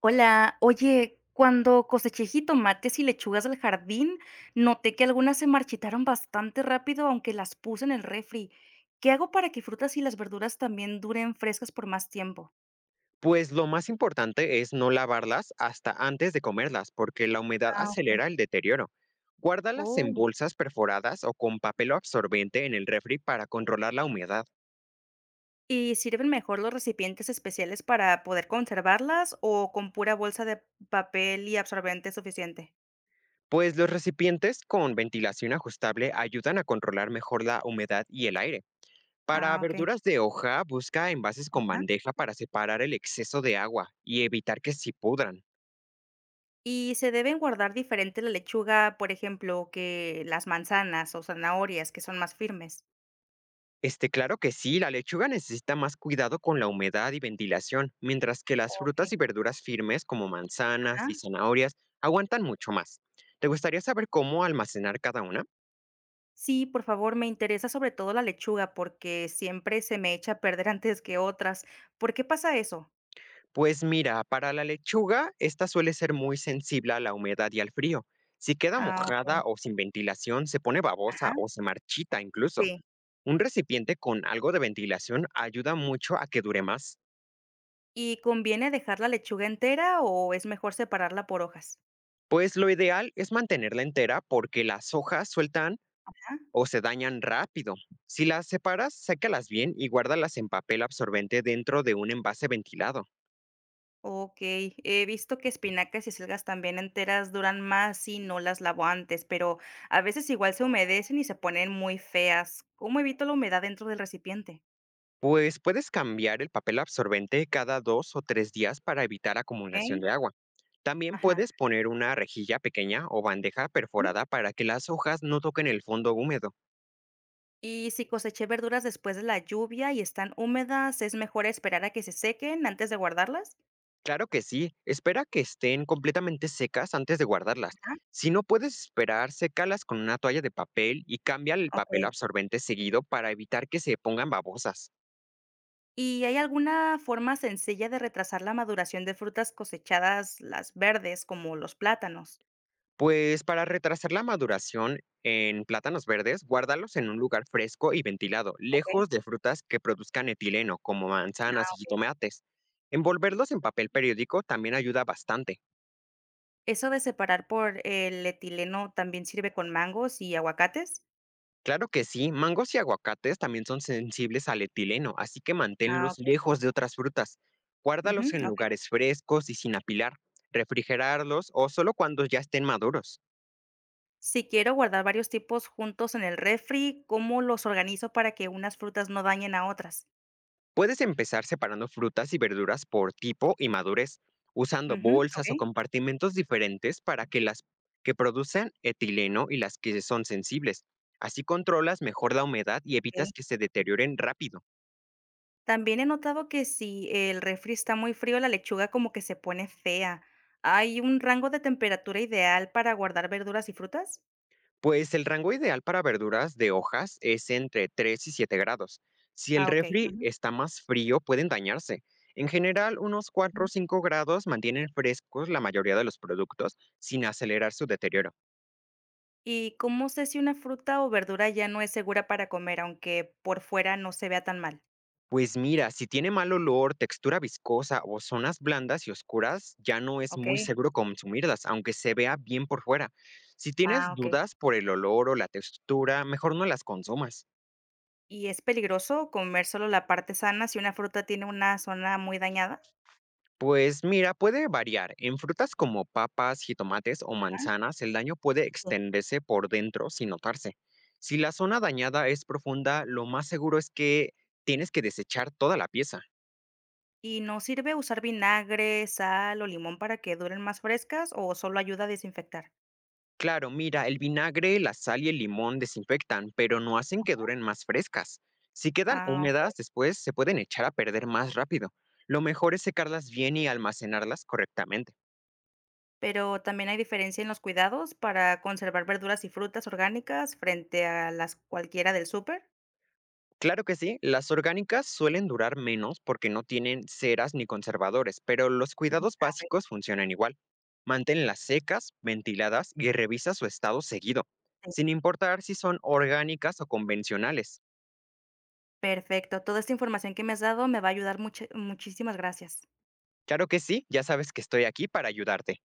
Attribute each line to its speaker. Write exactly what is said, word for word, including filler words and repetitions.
Speaker 1: Hola, oye, cuando coseché jitomates y lechugas del jardín, noté que algunas se marchitaron bastante rápido, aunque las puse en el refri. ¿Qué hago para que frutas y las verduras también duren frescas por más tiempo?
Speaker 2: Pues lo más importante es no lavarlas hasta antes de comerlas, porque la humedad
Speaker 1: Ah, ok.
Speaker 2: acelera el deterioro. Guárdalas en
Speaker 1: Oh,
Speaker 2: bolsas perforadas o con papel absorbente en el refri para controlar la humedad,
Speaker 1: ¿y sirven mejor los recipientes especiales para poder conservarlas o con pura bolsa de papel y absorbente es suficiente?
Speaker 2: pues los recipientes con ventilación ajustable ayudan a controlar mejor la humedad y el aire. Para
Speaker 1: Ah, ok,
Speaker 2: verduras de hoja, busca envases con
Speaker 1: ajá.
Speaker 2: bandeja para separar el exceso de agua y evitar que se pudran.
Speaker 1: ¿Y se deben guardar diferente la lechuga, por ejemplo, que las manzanas o zanahorias, que son más firmes?
Speaker 2: Este, claro que sí, la lechuga necesita más cuidado con la humedad y ventilación, mientras que las
Speaker 1: Ok,
Speaker 2: frutas y verduras firmes como manzanas
Speaker 1: ajá.
Speaker 2: y zanahorias aguantan mucho más. ¿Te gustaría saber cómo almacenar cada una?
Speaker 1: Sí, por favor, me interesa sobre todo la lechuga porque siempre se me echa a perder antes que otras. ¿Por qué pasa eso?
Speaker 2: Pues mira, para la lechuga, esta suele ser muy sensible a la humedad y al frío. Si queda
Speaker 1: Ah, okey.
Speaker 2: mojada o sin ventilación, se pone
Speaker 1: Ajá,
Speaker 2: babosa o se marchita incluso.
Speaker 1: sí.
Speaker 2: Un recipiente con algo de ventilación ayuda mucho a que dure más.
Speaker 1: ¿Y conviene dejar la lechuga entera o es mejor separarla por hojas?
Speaker 2: Pues lo ideal es mantenerla entera porque las hojas sueltan
Speaker 1: Ah,
Speaker 2: o se dañan rápido. Si las separas, sécalas bien y guárdalas en papel absorbente dentro de un envase ventilado.
Speaker 1: okey. He visto que espinacas y acelgas también enteras duran más si no las lavo antes, pero a veces igual se humedecen y se ponen muy feas. ¿Cómo evito la humedad dentro del recipiente?
Speaker 2: Pues puedes cambiar el papel absorbente cada dos o tres días para evitar acumulación
Speaker 1: Okey,
Speaker 2: de agua. También
Speaker 1: ajá.
Speaker 2: puedes poner una rejilla pequeña o bandeja perforada para que las hojas no toquen el fondo húmedo.
Speaker 1: Y si coseché verduras después de la lluvia y están húmedas, ¿es mejor esperar a que se sequen antes de guardarlas?
Speaker 2: Claro que sí, espera que estén completamente secas antes de guardarlas.
Speaker 1: Ajá,
Speaker 2: Si no puedes esperar, sécalas con una toalla de papel y cambia el papel
Speaker 1: okey.
Speaker 2: absorbente seguido para evitar que se pongan babosas.
Speaker 1: ¿Y hay alguna forma sencilla de retrasar la maduración de frutas cosechadas, las verdes, como los plátanos?
Speaker 2: Pues para retrasar la maduración en plátanos verdes, guárdalos en un lugar fresco y ventilado,
Speaker 1: Okey,
Speaker 2: lejos de frutas que produzcan etileno, como
Speaker 1: ah,
Speaker 2: manzanas y
Speaker 1: okey.
Speaker 2: jitomates. Envolverlos en papel periódico también ayuda bastante.
Speaker 1: ¿Eso de separar por el etileno también sirve con mangos y aguacates?
Speaker 2: Claro que sí, mangos y aguacates también son sensibles al etileno, así que
Speaker 1: Ah,
Speaker 2: manténlos
Speaker 1: okey.
Speaker 2: lejos de otras frutas.
Speaker 1: Ujú,
Speaker 2: Guárdalos en
Speaker 1: okey.
Speaker 2: lugares frescos y sin apilar, refrigerarlos o solo cuando ya estén maduros.
Speaker 1: Si quiero guardar varios tipos juntos en el refri, ¿cómo los organizo para que unas frutas no dañen a otras?
Speaker 2: Puedes empezar separando frutas y verduras por tipo y madurez, usando
Speaker 1: Ujú,
Speaker 2: bolsas
Speaker 1: okey,
Speaker 2: o compartimentos diferentes para que las que producen etileno y las que son sensibles. Así controlas mejor la humedad y
Speaker 1: okey.
Speaker 2: evitas que se deterioren rápido.
Speaker 1: También he notado que si el refri está muy frío, la lechuga como que se pone fea. ¿Hay un rango de temperatura ideal para guardar verduras y frutas?
Speaker 2: Pues el rango ideal para verduras de hojas es entre tres y siete grados. Si el
Speaker 1: Ah, ok.
Speaker 2: refri
Speaker 1: Ujú.
Speaker 2: está más frío, pueden dañarse. En general, unos cuatro o cinco grados mantienen frescos la mayoría de los productos sin acelerar su deterioro.
Speaker 1: ¿Y cómo sé si una fruta o verdura ya no es segura para comer, aunque por fuera no se vea tan mal?
Speaker 2: Pues mira, si tiene mal olor, textura viscosa o zonas blandas y oscuras, ya no es
Speaker 1: Ok.
Speaker 2: muy seguro consumirlas, aunque se vea bien por fuera. Si
Speaker 1: Ah,
Speaker 2: tienes
Speaker 1: ok.
Speaker 2: dudas por el olor o la textura, mejor no las consumas.
Speaker 1: ¿Y es peligroso comer solo la parte sana si una fruta tiene una zona muy dañada?
Speaker 2: Pues mira, puede variar. En frutas como papas, jitomates o
Speaker 1: Ah,
Speaker 2: manzanas, el daño puede
Speaker 1: sí.
Speaker 2: extenderse por dentro sin notarse. Si la zona dañada es profunda, lo más seguro es que tienes que desechar toda la pieza.
Speaker 1: ¿Y no sirve usar vinagre, sal o limón para que duren más frescas o solo ayuda a desinfectar?
Speaker 2: Claro, mira, el vinagre, la sal y el limón desinfectan, pero no hacen que duren más frescas. Si quedan
Speaker 1: Ah,
Speaker 2: húmedas, después se pueden echar a perder más rápido. Lo mejor es secarlas bien y almacenarlas correctamente.
Speaker 1: pero también hay diferencia en los cuidados para conservar verduras y frutas orgánicas frente a las cualquiera del súper.
Speaker 2: Claro que sí, las orgánicas suelen durar menos porque no tienen ceras ni conservadores, pero los
Speaker 1: Mm.
Speaker 2: cuidados
Speaker 1: Ah, okey,
Speaker 2: básicos funcionan igual. Manténlas secas, ventiladas y revisa su estado seguido,
Speaker 1: sí.
Speaker 2: sin importar si son orgánicas o convencionales.
Speaker 1: Perfecto. Toda esta información que me has dado me va a ayudar mucho. Muchísimas gracias.
Speaker 2: Claro que sí, ya sabes que estoy aquí para ayudarte.